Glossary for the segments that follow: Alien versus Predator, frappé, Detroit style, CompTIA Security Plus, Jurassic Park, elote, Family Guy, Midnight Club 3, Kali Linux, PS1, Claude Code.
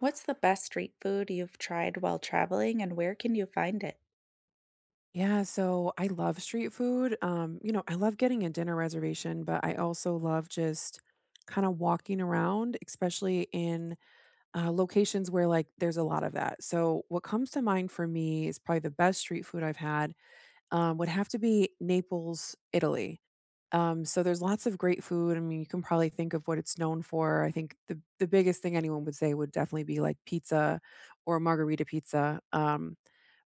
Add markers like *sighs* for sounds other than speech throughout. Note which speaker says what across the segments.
Speaker 1: What's the best street food you've tried while traveling, and where can you find it?
Speaker 2: Yeah, so I love street food. I love getting a dinner reservation, but I also love just kind of walking around, especially in locations where like there's a lot of that. So what comes to mind for me is probably the best street food I've had would have to be Naples, Italy. So there's lots of great food. I mean, you can probably think of what it's known for. I think the biggest thing anyone would say would definitely be like pizza or margarita pizza.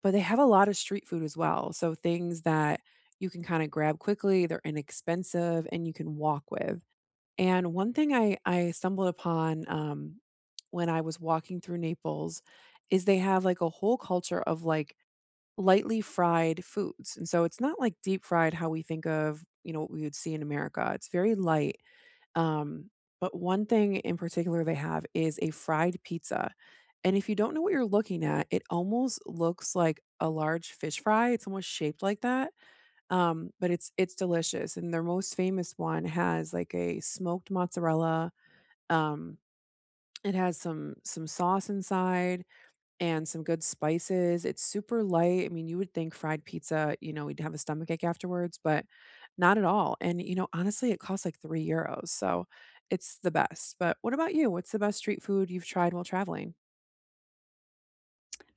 Speaker 2: But they have a lot of street food as well, so things that you can kinda grab quickly, they're inexpensive, and you can walk with. And one thing I stumbled upon when I was walking through Naples is they have, like, a whole culture of, like, lightly fried foods, and so it's not, like, deep fried how we think of, you know, what we would see in America, it's very light. Um, but one thing in particular they have is a fried pizza, and if you don't know what you're looking at, it almost looks like a large fish fry, it's almost shaped like that, but it's delicious, and their most famous one has, like, a smoked mozzarella, um, it has some sauce inside, and some good spices. It's super light. I mean, you would think fried pizza, you know, we'd have a stomachache afterwards, but not at all. And, you know, honestly, it costs like €3. So it's the best. But what about you? What's the best street food you've tried while traveling?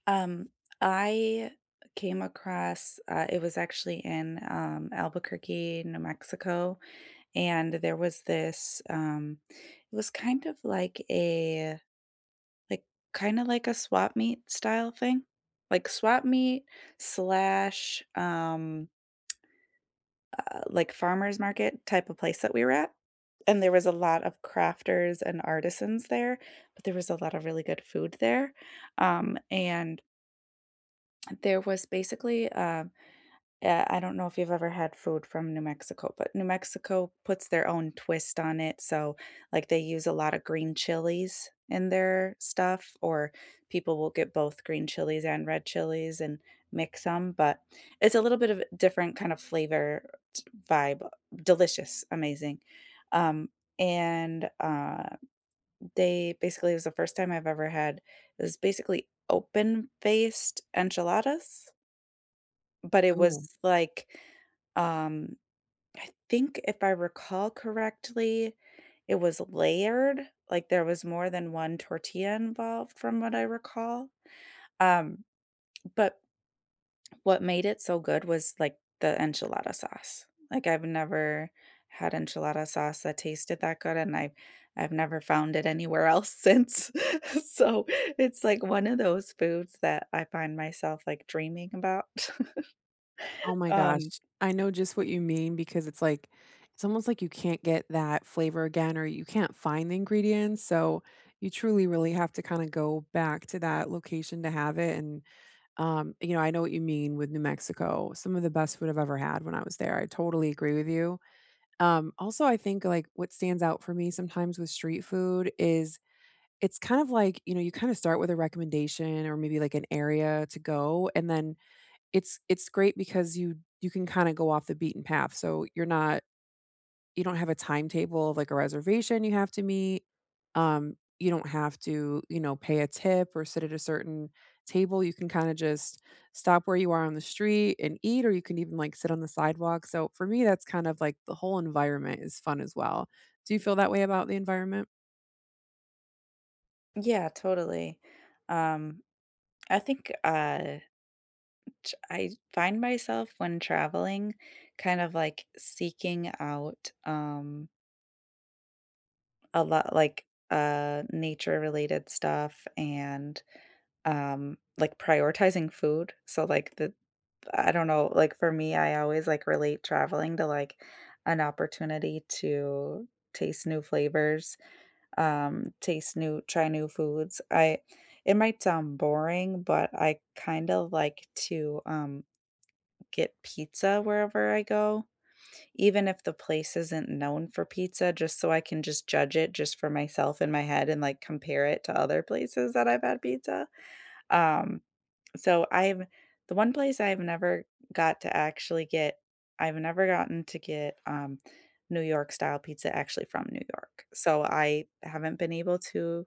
Speaker 1: Um, I came across it was actually in Albuquerque, New Mexico, and there was this. It was kind of like a like kind of like a swap meet style thing, like swap meet slash. Like farmer's market type of place that we were at, and there was a lot of crafters and artisans there, but there was a lot of really good food there. And there was basically, I don't know if you've ever had food from New Mexico, but New Mexico puts their own twist on it. So, like, they use a lot of green chilies in their stuff, or people will get both green chilies and red chilies and mix them. But it's a little bit of a different kind of vibe. Delicious, amazing. Um, and They basically, it was the first time I've ever had, it was basically open faced enchiladas, but it
Speaker 2: Oh,
Speaker 1: was like, um, I think if I recall correctly, it was layered, like, there was more than one tortilla involved from what I recall. Um, but what made it so good was, like, the enchilada sauce. Like, I've never had enchilada sauce that tasted that good, and I've never found it anywhere else since. *laughs* So, it's, like, one of those foods that I find myself, like, dreaming about.
Speaker 2: oh
Speaker 1: *laughs*
Speaker 2: my gosh.
Speaker 1: Um,
Speaker 2: I know just what you mean because it's like, it's almost like you can't get that flavor again or you can't find the ingredients. So you truly, really have to kind of go back to that location to have it. I know what you mean with New Mexico. Some of the best food I've ever had when I was there. I totally agree with you. Also, I think like what stands out for me sometimes with street food is it's kind of like, you know, you kind of start with a recommendation or maybe like an area to go, and then it's great because you can kind of go off the beaten path. So you're not you don't have a timetable of, like, a reservation you have to meet. You don't have to, you know, pay a tip or sit at a certain table. You can kinda just stop where you are on the street and eat, or you can even, like, sit on the sidewalk. So, for me, that's kind of, like, the whole environment is fun as well. Do you feel that way about the environment?
Speaker 1: yeah, totally. Um I think, t I find myself when traveling kind of, like, seeking out, a lot like nature-related stuff and like, prioritizing food. So, like, the I don't know, like, for me, I always, like, relate traveling to, like, an opportunity to taste new flavors, taste new try new foods. I it might sound boring, but I kind of like to get pizza wherever I go, even if the place isn't known for pizza, just so I can just judge it just for myself in my head and, like, compare it to other places that I've had pizza. Um, so I've The one place I've never got to actually get I've never gotten to get, New York style pizza actually from New York. So I haven't been able to,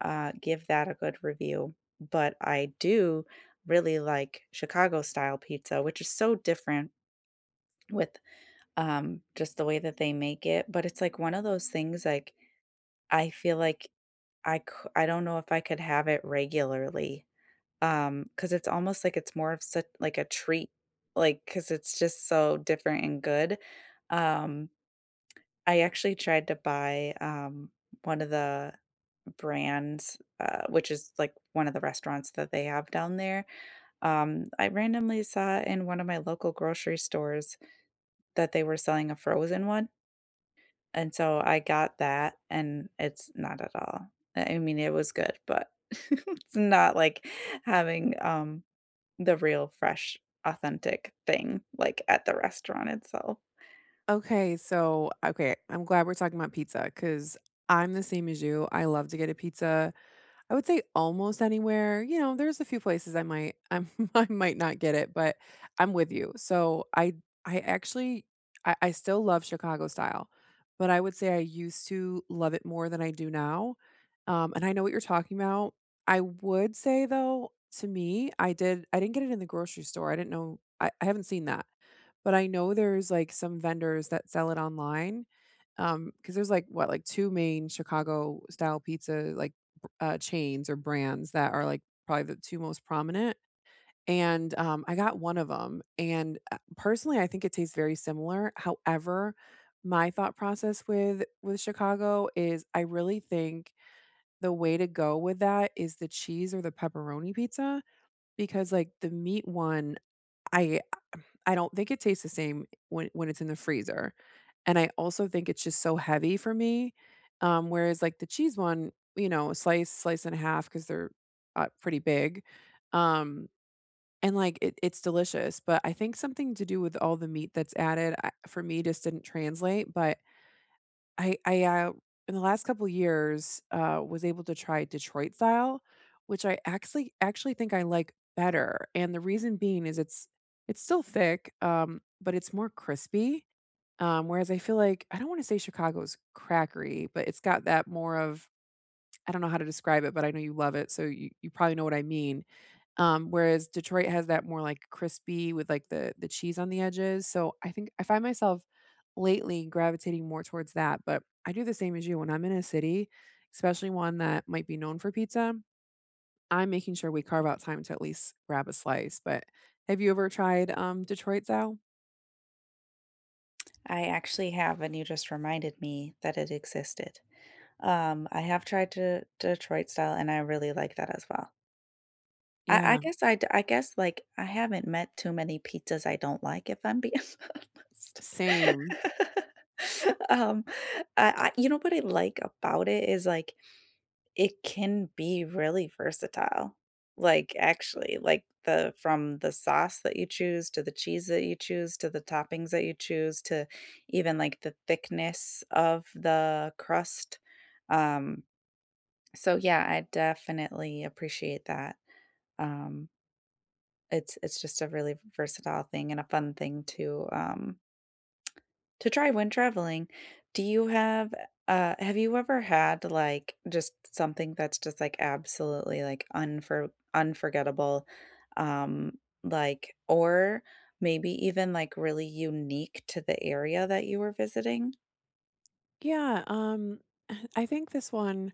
Speaker 1: give that a good review, but I do really like Chicago style pizza, which is so different with, just the way that they make it, but it's, like, one of those things, like, I feel like I don't know if I could have it regularly, because it's almost like it's more of such like a treat, like because it's just so different and good. Um, I actually tried to buy, one of the brands, which is, like, one of the restaurants that they have down there. I randomly saw in one of my local grocery stores that they were selling a frozen one. And so I got that, and it's not at all. I mean, it was good, but *laughs* it's not like having, the real, fresh, authentic thing, like, at the restaurant itself.
Speaker 2: Okay, I'm glad we're talking about pizza because 'cause I'm the same as you. I love to get a pizza. I would say almost anywhere. You know, there's a few places I might I'm *laughs* I might not get it, but I'm with you. So I actually I still love Chicago style, but I would say I used to love it more than I do now. And I know what you're talking about. I would say though, to me, I didn't get it in the grocery store. I didn't know I haven't seen that. But I know there's, like, some vendors that sell it online. Because there's, like, what, like, 2 main Chicago style pizza, like, b chains or brands that are, like, probably the 2 most prominent, and, I got one of them, and, personally, I think it tastes very similar. However, my thought process with Chicago is I really think the way to go with that is the cheese or the pepperoni pizza because, like, the meat one, I I don't think it tastes the same when it's in the freezer, and I also think it's just so heavy for me, whereas, like, the cheese one, you know, slice, slice and a half because 'cause they're, pretty big, um, and, like, it's delicious, but I think something to do with all the meat that's added, I for me, just didn't translate, but I in the last couple years, was able to try Detroit style, which I actually think I like better, and the reason being is it's still thick, but it's more crispy, whereas I feel like I don't wanna say Chicago's crackery, but it's got that more of I don't know how to describe it, but I know you love it, so you probably know what I mean. Whereas Detroit has that more, like, crispy with, like, the cheese on the edges, so I think I find myself lately gravitating more towards that, but I do the same as you. When I'm in a city, especially one that might be known for pizza, I'm making sure we carve out time to at least grab a slice, but have you ever tried, Detroit style?
Speaker 1: I actually have, and you just reminded me that it existed. I have tried to Detroit style, and I really like that as well.
Speaker 2: Yeah,
Speaker 1: I guess, like, I haven't met too many pizzas I don't like, if I'm being *laughs* honest.
Speaker 2: same.
Speaker 1: *laughs* Um, I You know what I like about it is, like, it can be really versatile. Like, actually, like, the from the sauce that you choose to the cheese that you choose to the toppings that you choose to even, like, the thickness of the crust. Um, so, yeah, I definitely appreciate that. Um it's just a really versatile thing and a fun thing to try when traveling. Do you have Have you ever had, like, just something that's just, like, absolutely, like, unforgettable, um, like or maybe even, like, really unique to the area that you were visiting?
Speaker 2: Yeah, *sighs* I think this one,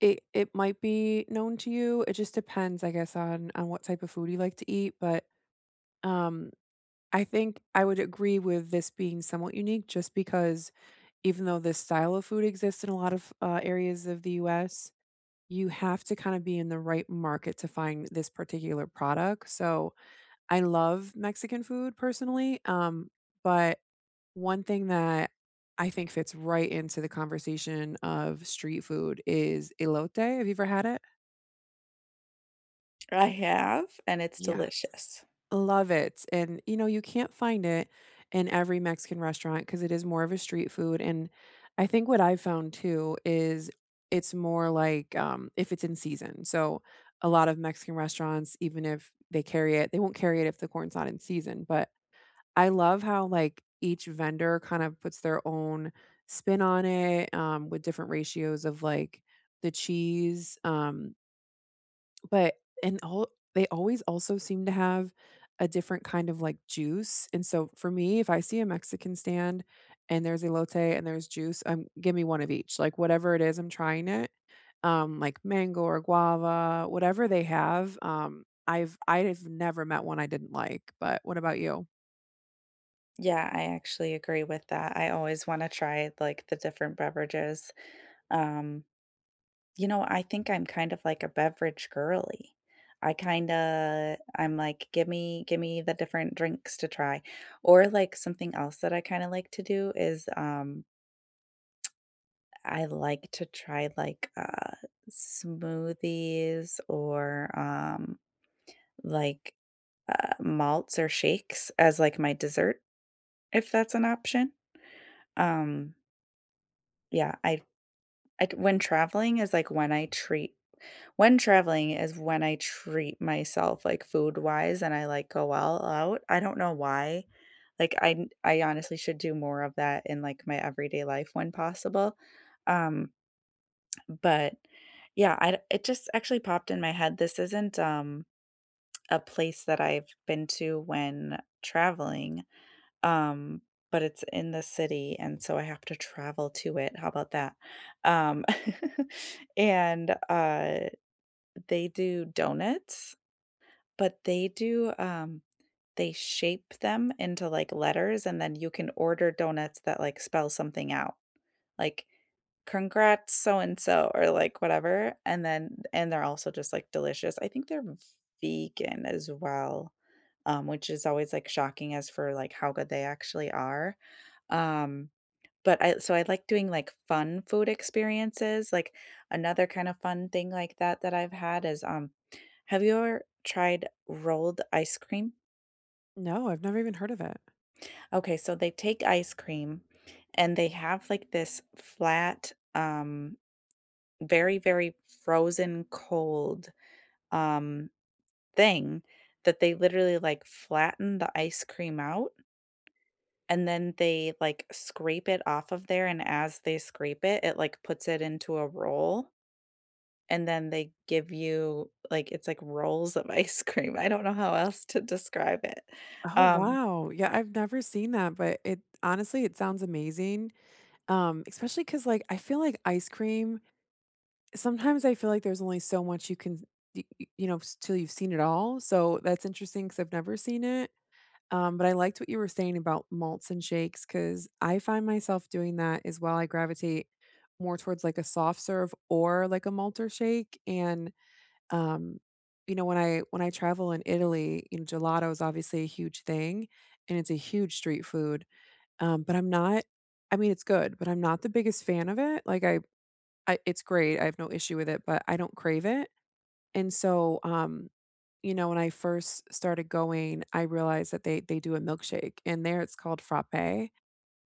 Speaker 2: it might be known to you, it just depends, I guess, on what type of food you like to eat, but, um I think I would agree with this being somewhat unique just because even though this style of food exists in a lot of areas of the US, you have to kind of be in the right market to find this particular product. So I love Mexican food personally. But one thing that I think fits right into the conversation of street food is elote. Have you ever had it?
Speaker 1: I have, and it's
Speaker 2: Yeah.
Speaker 1: delicious.
Speaker 2: Love it, and, you know, you can't find it in every Mexican restaurant because it is more of a street food, and I think what I've found too is it's more like, if it's in season, so a lot of Mexican restaurants, even if they carry it, they won't carry it if the corn's not in season, but I love how, like, each vendor kind of puts their own spin on it, with different ratios of, like, the cheese, but and all they always also seem to have a different kind of, like, juice, and so for me, if I see a Mexican stand and there's elote and there's juice, give me one of each, like, whatever it is, I'm trying it, like, mango or guava, whatever they have, I've never met one I didn't like, but what about you?
Speaker 1: Yeah, I actually agree with that. I always wanna try, like, the different beverages, um You know, I think I'm kind of like a beverage girly. I'm like, give me the different drinks to try." Or, like, something else that I kinda like to do is, I like to try, like, smoothies or, like, malts or shakes as, like, my dessert, if that's an option. Um, yeah, I when traveling is, like, when I treat When traveling is when I treat myself, like, food-wise, and I, like, go all out. I don't know why. Like, I honestly should do more of that in, like, my everyday life when possible. Um, but, yeah, I d it just actually popped in my head. This isn't, a place that I've been to when traveling, um, but it's in the city, and so I have to travel to it. How about that? Um, *laughs* and, they do donuts but they do, they shape them into, like, letters, and then you can order donuts that, like, spell something out, like, "Congrats so and so," or, like, whatever, and then and they're also just, like, delicious. I think they're vegan as well, which is always, like, shocking as for, like, how good they actually are, um but I so I like doing, like, fun food experiences, like, another kind of fun thing like that that I've had is, have you ever tried rolled ice cream?
Speaker 2: No, I've never even heard of it.
Speaker 1: Okay, so they take ice cream and they have, like, this flat, very, very frozen cold, um, thing that they literally, like, flatten the ice cream out, and then they, like, scrape it off of there, and as they scrape it, it, like, puts it into a roll. And then they give you, like it's like rolls of *laughs* ice cream. I don't know how else to describe it.
Speaker 2: Oh,
Speaker 1: Um,
Speaker 2: wow. Yeah, I've never seen that, but it honestly, it sounds amazing, especially because like, I feel like ice cream sometimes I feel like there's only so much you can y y you know, s till you've seen it all, so that's interesting because 'cause I've never seen it, but I liked what you were saying about malts and shakes because I find myself doing that as well, I gravitate more towards, like, a soft serve or, like, a malt or shake, and, um, you know, when I travel in Italy, you know, gelato is obviously a huge thing, and it's a huge street food, but I'm not I mean, it's good, but I'm not the biggest fan of it, like, I it's great, I have no issue with it, but I don't crave it, and so, you know, when I first started going, I realized that they do a milkshake, and there it's called frappé,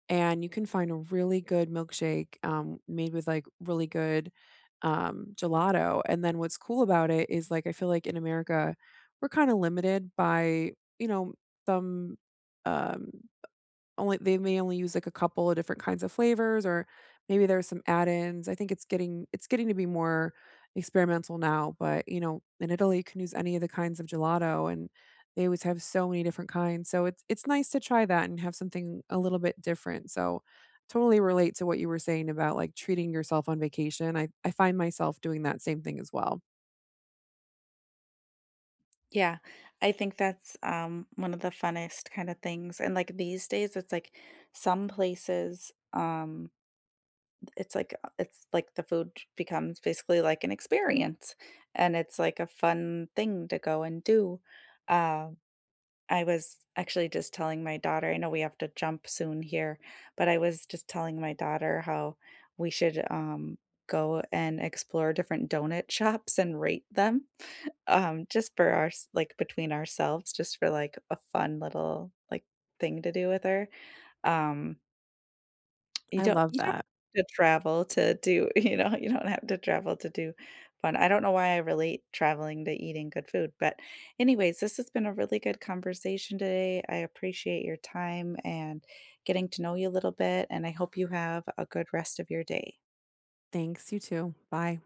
Speaker 2: and you can find a really good milkshake, made with, like, really good, gelato, and then what's cool about it is, like, I feel like in America, we're kinda limited by, you know, some, um only they may only use, like, a couple of different kinds of flavors or maybe there's some add-ins. I think it's getting to be more experimental now, but, you know, in Italy, you can use any of the kinds of gelato, and they always have so many different kinds. So it's nice to try that and have something a little bit different. So, totally relate to what you were saying about, like, treating yourself on vacation. I find myself doing that same thing as well.
Speaker 1: yeah, I think that's, one of the funnest kinda things, and, like, these days, it's like some places, it's like the food becomes basically like an experience, and it's like a fun thing to go and do, um I was actually just telling my daughter I know we have to jump soon here, but I was just telling my daughter how we should, go and explore different donut *laughs* shops and rate them, *laughs* just for our s like, between ourselves, just for, like, a fun little, like, thing to do with her, um you
Speaker 2: I
Speaker 1: don't
Speaker 2: love that.
Speaker 1: have to travel to do *laughs* you know, you don't have to travel to do fun. I don't know why I relate traveling to eating good food, but anyways, this has been a really good conversation today. I appreciate your time and getting to know you a little bit, and I hope you have a good rest of your day.
Speaker 2: Thanks, you too. Bye.